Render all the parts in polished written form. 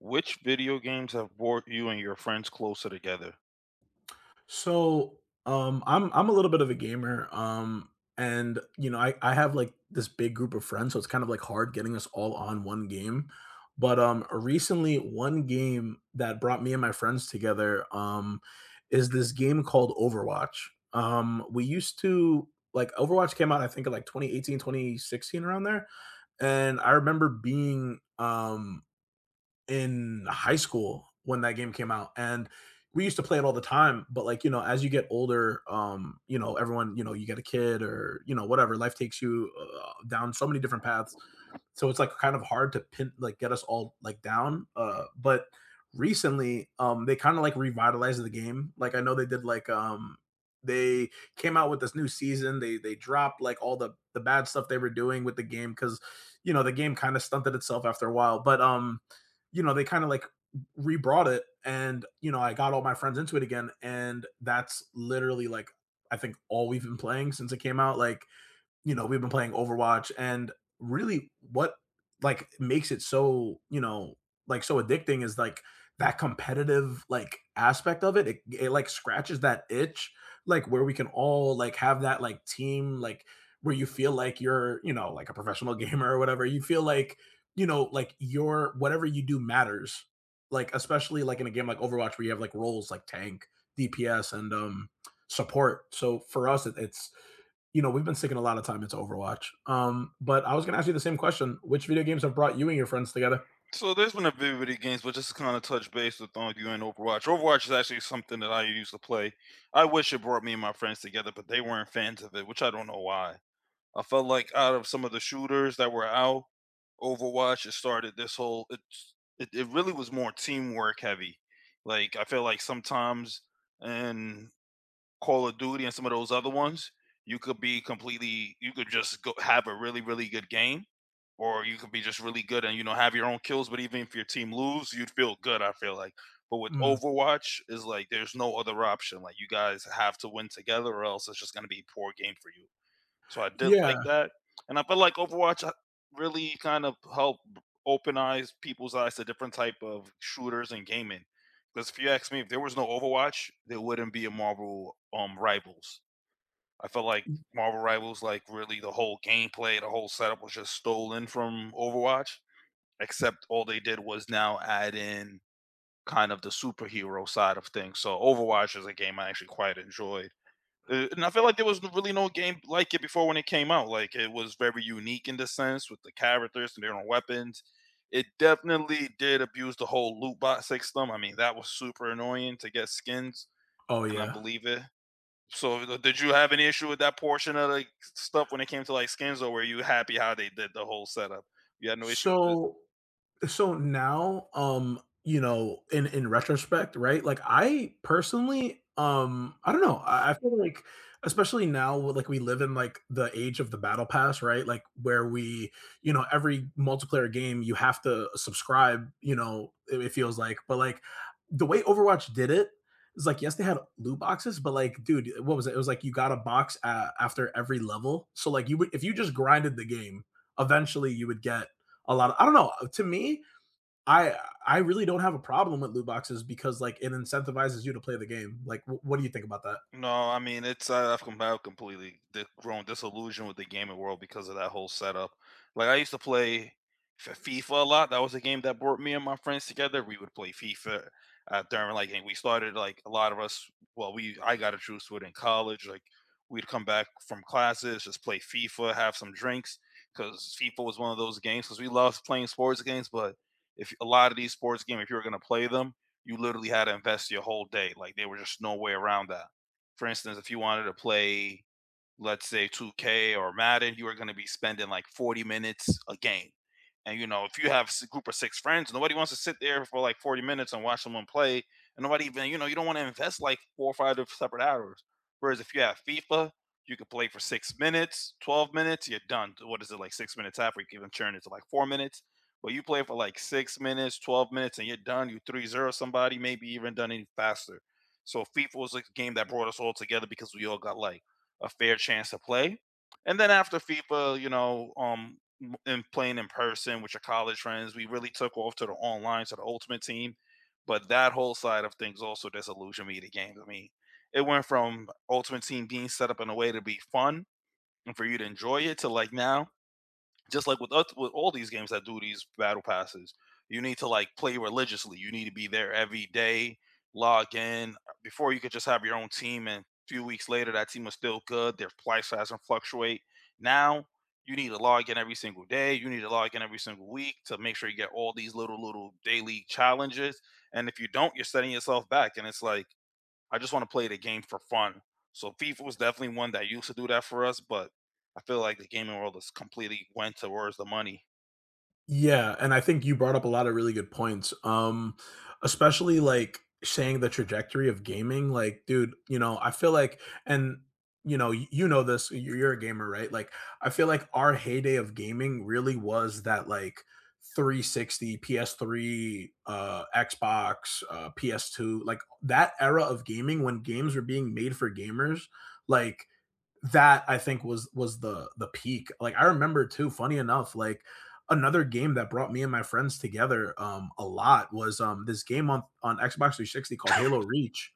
Which video games have brought you and your friends closer together? So, I'm a little bit of a gamer, and I have like this big group of friends, so it's kind of like hard getting us all on one game. But recently, one game that brought me and my friends together, is this game called Overwatch. We used to like Overwatch came out, I think, in like 2018, 2016, around there, and I remember being in high school when that game came out, and we used to play it all the time, but, as you get older, everyone, you get a kid or, whatever, life takes you, down so many different paths, so it's like kind of hard to pin like get us all like down, but recently they kind of like revitalized the game. Like I know they did like they came out with this new season. They dropped like all the bad stuff they were doing with the game, because you know the game kind of stunted itself after a while. But you know they kind of like rebrought it, and you know I got all my friends into it again, and that's literally like I think all we've been playing since it came out. Like you know, we've been playing Overwatch, and really what like makes it so, you know, like so addicting is like that competitive like aspect of it. It like scratches that itch like where we can all like have that like team like where you feel like you're, you know, like a professional gamer or whatever. You feel like, you know, like your whatever you do matters. Like especially like in a game like Overwatch where you have like roles like tank, DPS and support. So for us it's you know, we've been sticking a lot of time into Overwatch. But I was gonna ask you the same question. Which video games have brought you and your friends together? So there's been a few video games, but just to kind of touch base with on you and Overwatch. Overwatch is actually something that I used to play. I wish it brought me and my friends together, but they weren't fans of it, which I don't know why. I felt like out of some of the shooters that were out, Overwatch, it started this whole, it really was more teamwork heavy. Like I feel like sometimes in Call of Duty and some of those other ones, you could be completely you could just go have a really, really good game, or you could be just really good and, you know, have your own kills, but even if your team lose, you'd feel good, I feel like. But with Mm. Overwatch, is like there's no other option, like, you guys have to win together or else it's just gonna be poor game for you. So I did Yeah. like that, and I felt like Overwatch really kind of helped open eyes people's eyes to different type of shooters and gaming. Because if you ask me, if there was no Overwatch, there wouldn't be a Marvel Rivals. I felt like Marvel Rivals, like really the whole gameplay, the whole setup was just stolen from Overwatch. Except all they did was now add in kind of the superhero side of things. So Overwatch is a game I actually quite enjoy, and I feel like there was really no game like it before when it came out. Like it was very unique in the sense with the characters and their own weapons. It definitely did abuse the whole loot box system. I mean, that was super annoying to get skins, Oh, and I yeah. believe it. So, did you have any issue with that portion of like stuff when it came to like skins, or were you happy how they did the whole setup? You had no issue. So So now, you know, in retrospect, right? Like I personally, I don't know. I feel like, especially now, with, like we live in like the age of the battle pass, right? Like where we, you know, every multiplayer game you have to subscribe. You know, it feels like, but like the way Overwatch did it is like, yes, they had loot boxes, but like, dude, what was it? It was like you got a box a after every level. So like, you would if you just grinded the game, eventually you would get a lot of, I don't know. To me, I I really don't have a problem with loot boxes because like it incentivizes you to play the game. Like, what do you think about that? No, I mean it's I- I've, com- I've completely grown disillusioned with the gaming world because of that whole setup. Like I used to play FIFA a lot. That was a game that brought me and my friends together. We would play FIFA during like, and we started like a lot of us. Well, we I got introduced to it in college. Like we'd come back from classes, just play FIFA, have some drinks because FIFA was one of those games because we loved playing sports games. But if a lot of these sports games, if you were gonna play them, you literally had to invest your whole day. Like there was just no way around that, for instance, if you wanted to play, let's say, 2K or Madden, you are going to be spending like 40 minutes a game. And you know, if you have a group of six friends, nobody wants to sit there for like 40 minutes and watch someone play. And nobody even, you know, you don't want to invest like 4 or 5 separate hours. Whereas if you have FIFA, you can play for 6 minutes, 12 minutes, you're done. What is it, like 6 minutes after you can even churn it to like 4 minutes? But you play for like 6 minutes, 12 minutes, and you're done. You 3-0 somebody, maybe even done any faster. So FIFA was a game that brought us all together because we all got like a fair chance to play. And then after FIFA, you know, and playing in person with your college friends, we really took off to the online, to the ultimate team. But that whole side of things also disillusioned me. The games, I mean, it went from ultimate team being set up in a way to be fun and for you to enjoy it, to like now, just like with with all these games that do these battle passes, you need to like play religiously. You need to be there every day, log in. Before, you could just have your own team, and a few weeks later, that team was still good. Their price hasn't fluctuate. Now you need to log in every single day. You need to log in every single week to make sure you get all these little daily challenges. And if you don't, you're setting yourself back. And it's like I just want to play the game for fun. So FIFA was definitely one that used to do that for us, but I feel like the gaming world has completely went towards the money. Yeah, and I think you brought up a lot of really good points, especially, like, saying the trajectory of gaming, like, dude, you know, I feel like and, you know, y you know this, you're a gamer, right? Like, I feel like our heyday of gaming really was that, like, 360, PS3, Xbox, PS2, like, that era of gaming when games were being made for gamers, like that I think was the peak. Like I remember too, funny enough, like another game that brought me and my friends together a lot was this game on Xbox 360 called Halo Reach.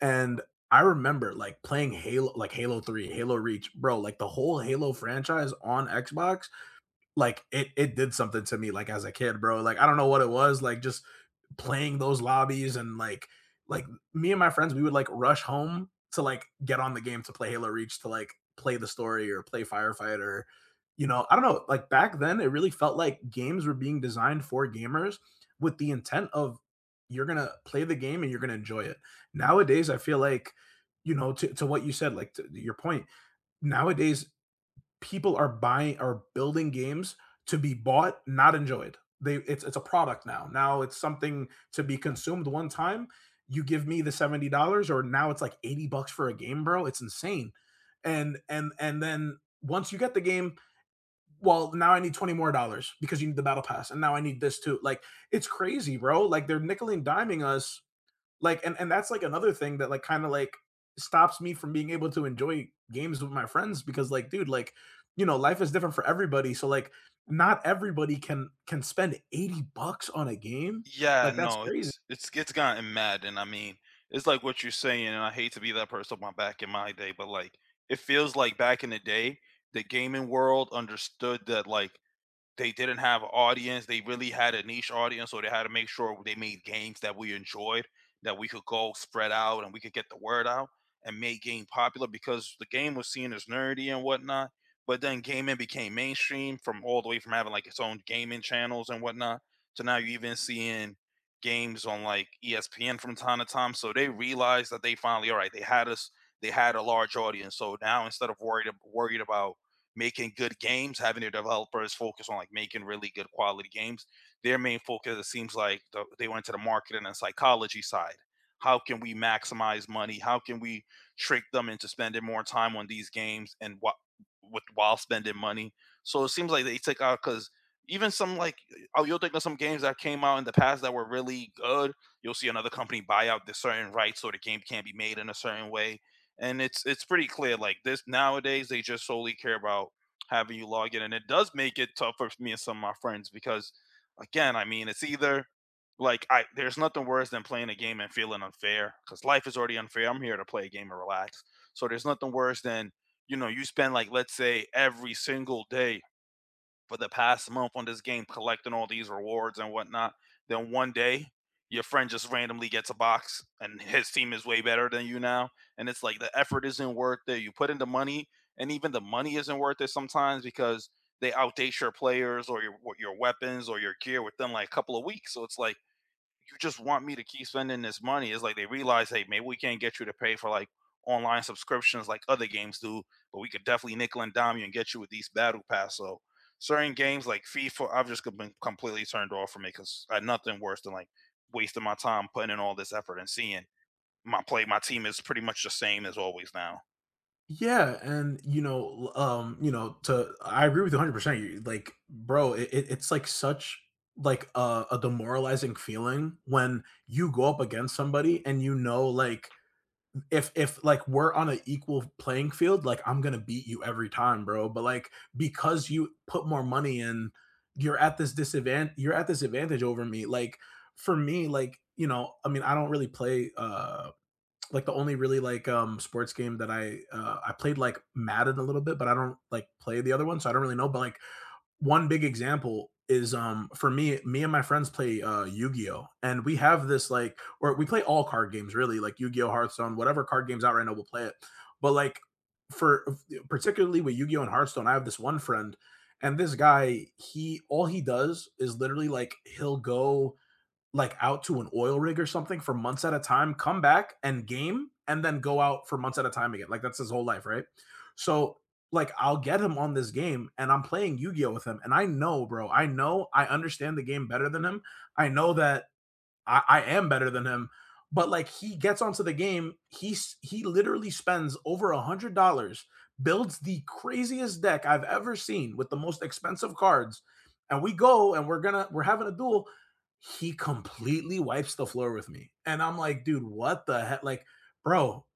And I remember like playing Halo like Halo 3, Halo Reach, bro, like the whole Halo franchise on Xbox. Like it did something to me like as a kid, bro. Like I don't know what it was, like just playing those lobbies and like me and my friends, we would like rush home to like get on the game to play Halo Reach to like play the story or play Firefighter. You know, I don't know. Like back then, it really felt like games were being designed for gamers with the intent of you're gonna play the game and you're gonna enjoy it. Nowadays, I feel like you know to what you said, like to your point. Nowadays, people are building games to be bought, not enjoyed. They it's a product now. Now it's something to be consumed one time. You give me the $70, or now it's like $80 for a game, bro. It's insane. And then once you get the game, well, now I need 20 more dollars because you need the battle pass, and now I need this too. Like it's crazy, bro. Like they're nickel and diming us like, and that's like another thing that like kind of like stops me from being able to enjoy games with my friends, because like, dude, like, you know, life is different for everybody. So like, not everybody can spend 80 bucks on a game. Yeah, Like that's no, crazy. it's gotten mad, and I mean, it's like what you're saying, and I hate to be that person, my back in my day, but like it feels like back in the day, the gaming world understood that like they didn't have an audience, they really had a niche audience, so they had to make sure they made games that we enjoyed, that we could go spread out and we could get the word out and make game popular because the game was seen as nerdy and whatnot. But then gaming became mainstream from all the way from having like its own gaming channels and whatnot to now you're even seeing games on like ESPN from time to time. So they realized that they finally, all right, they had us, they had a large audience. So now instead of worried about making good games, having their developers focus on like making really good quality games. Their main focus, it seems like, the, they went to the marketing and psychology side. How can we maximize money? How can we trick them into spending more time on these games and what with while spending money? So it seems like they took out because even some like, oh, you'll think of some games that came out in the past that were really good. You'll see another company buy out the certain rights so the game can't be made in a certain way, and it's pretty clear like this nowadays, they just solely care about having you log in, and it does make it tough for me and some of my friends because again, I mean it's either like I, there's nothing worse than playing a game and feeling unfair because life is already unfair. I'm here to play a game and relax. So there's nothing worse than, you know, you spend like, let's say, every single day for the past month on this game collecting all these rewards and whatnot. Then one day your friend just randomly gets a box, and his team is way better than you now. And it's like the effort isn't worth it. You put in the money, and even the money isn't worth it sometimes because they outdate your players or your weapons or your gear within like a couple of weeks. So it's like you just want me to keep spending this money. It's like they realize, hey, maybe we can't get you to pay for like online subscriptions like other games do, but we could definitely nickel and dime you and get you with these battle pass. So certain games like FIFA, I've just been completely turned off from it because I, nothing worse than like wasting my time putting in all this effort and seeing my play, my team is pretty much the same as always now. Yeah, and you know, you know, to I agree with you 100%. You like, bro, it's like such like a demoralizing feeling when you go up against somebody and you know like if like we're on an equal playing field, like I'm gonna beat you every time, bro. But like because you put more money in, you're at this disadvantage. You're at this advantage over me. Like for me, like you know, I mean, I don't really play. Like the only really like sports game that I played like Madden a little bit, but I don't like play the other one, so I don't really know. But like one big example is for me and my friends play Yu-Gi-Oh, and we have this like, or we play all card games really, like Yu-Gi-Oh, Hearthstone, whatever card games out right now we'll play it. But like for particularly with Yu-Gi-Oh and Hearthstone I have this one friend, and this guy he all he does is literally like he'll go like out to an oil rig or something for months at a time, come back and game, and then go out for months at a time again. Like that's his whole life, right? So like I'll get him on this game and I'm playing Yu-Gi-Oh with him and I know, bro, I know I understand the game better than him. I know that I am better than him. But like he gets onto the game, he literally spends over $100, builds the craziest deck I've ever seen with the most expensive cards, and we go and we're having a duel. He completely wipes the floor with me, and I'm like, dude, what the heck? Like, bro,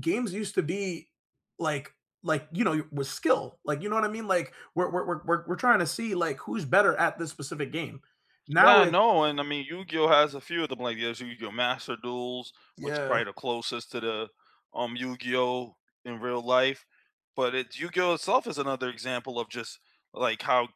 games used to be like like you know with skill, like you know what I mean, like we're trying to see like who's better at this specific game now Yeah, it. no, and I mean, Yu-Gi-Oh! Has a few of them. Like, there's Yu-Gi-Oh! Master Duels, which is Yeah. probably the closest to the Yu-Gi-Oh! In real life. But it Yu-Gi-Oh! Itself is another example of just like how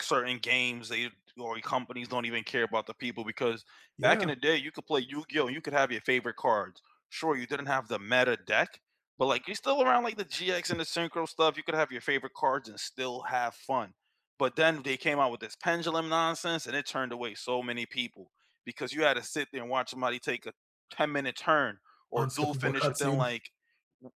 certain games they, or companies, don't even care about the people because back in Yeah. the day, you could play Yu-Gi-Oh! And you could have your favorite cards. Sure, you didn't have the meta deck, but like you're still around like the GX and the Synchro stuff. You could have your favorite cards and still have fun. But then they came out with this pendulum nonsense, and it turned away so many people because you had to sit there and watch somebody take a 10-minute turn or dual Unskippable finish within cutscene. like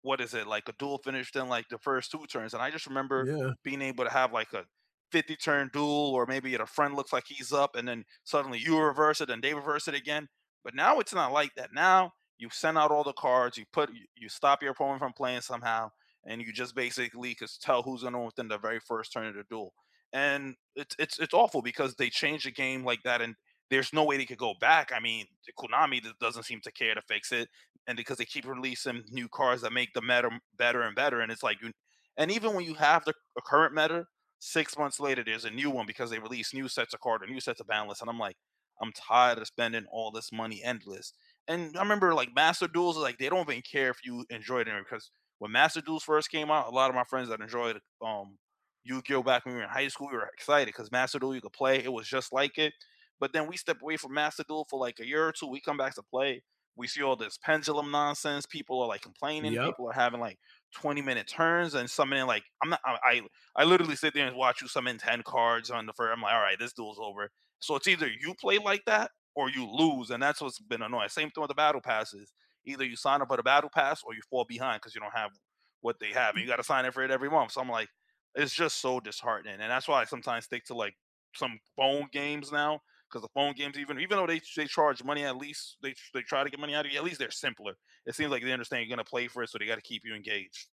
what is it like a dual finish within like the first two turns. And I just remember Yeah. being able to have like a 50 turn duel, or maybe a friend looks like he's up and then suddenly you reverse it and they reverse it again. But now it's not like that. Now you send out all the cards, you stop your opponent from playing somehow, and you just basically could tell who's going to win within the very first turn of the duel, and it's awful because they changed the game like that, and there's no way they could go back. I mean, Konami doesn't seem to care to fix it, and because they keep releasing new cars that make the meta better and better, and it's like you, and even when you have the current meta, 6 months later there's a new one because they release new sets of card or new sets of balance, and I'm like, I'm tired of spending all this money endless. And I remember like Master Duels, like they don't even care if you enjoyed it because when Master Duels first came out, a lot of my friends that enjoyed Yu-Gi-Oh! Back when we were in high school, we were excited because Master Duel you could play. It was just like it. But then we step away from Master Duel for like a year or two. We come back to play. We see all this pendulum nonsense. People are like complaining. Yep. People are having like 20-minute turns and summoning like, I'm not I I literally sit there and watch you summon 10 cards on the first. I'm like, all right, this duel's over. So it's either you play like that or you lose. And that's what's been annoying. Same thing with the battle passes. Either you sign up for the battle pass or you fall behind because you don't have what they have. And you Y gotta sign up for it every month. So I'm like, it's just so disheartening, and that's why I sometimes stick to, like, some phone games now. Because the phone games even though they charge money, at least they try to get money out of you, at least they're simpler. It seems like they understand you're gonna play for it, so they gotta keep you engaged.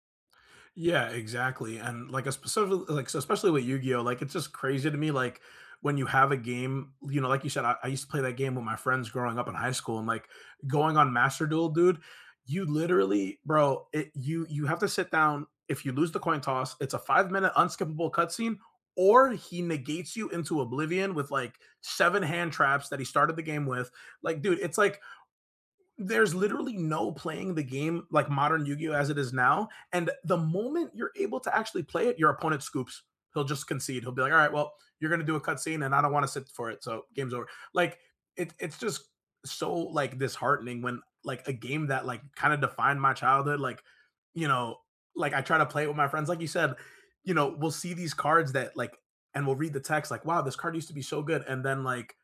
yeah, exactly, and, like, a specifically like, so especially with Yu-Gi-Oh! Like, it's just crazy to me, like, when you have a game, you know, like you said, I used to play that game with my friends growing up in high school and, like, going on Master Duel, dude, you literally bro, it you have to sit down. If you lose the coin toss, it's a five-minute unskippable cutscene, or he negates you into oblivion with, like, 7 hand traps that he started the game with. Like, dude, it's like there's literally no playing the game like modern Yu-Gi-Oh as it is now, and the moment you're able to actually play it, your opponent scoops. He'll just concede. He'll be like, "All right, well, you're going to do a cutscene, and I don't want to sit for it, so game's over." Like it's just so like disheartening when like a game that like kind of defined my childhood, like you know, like I try to play it with my friends, like you said, you know, we'll see these cards that like, and we'll read the text like, "Wow, this card used to be so good," and then like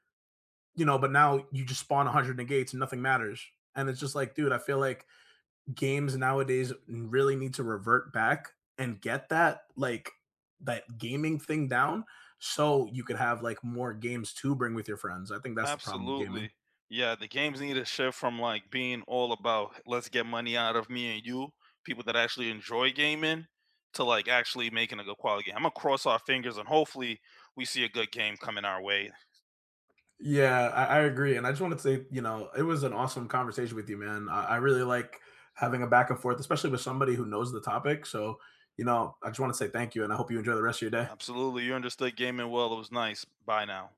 you know, but now you just spawn 100 negates and nothing matters. And it's just like, dude, I feel like games nowadays really need to revert back and get that like that gaming thing down so you could have like more games to bring with your friends. I think that's the problem with gaming. Absolutely. Yeah, the games need a shift from, like, being all about, "Let's get money out of me and you," people that actually enjoy gaming, to, like, actually making a good quality game. Imma cross our fingers and hopefully we see a good game coming our way. Yeah, I agree. And I just wanted to say, you know, it was an awesome conversation with you, man. I really like having a back and forth, especially with somebody who knows the topic. So, you know, I just want to say thank you and I hope you enjoy the rest of your day. Absolutely, you understood gaming well, it was nice. Bye now.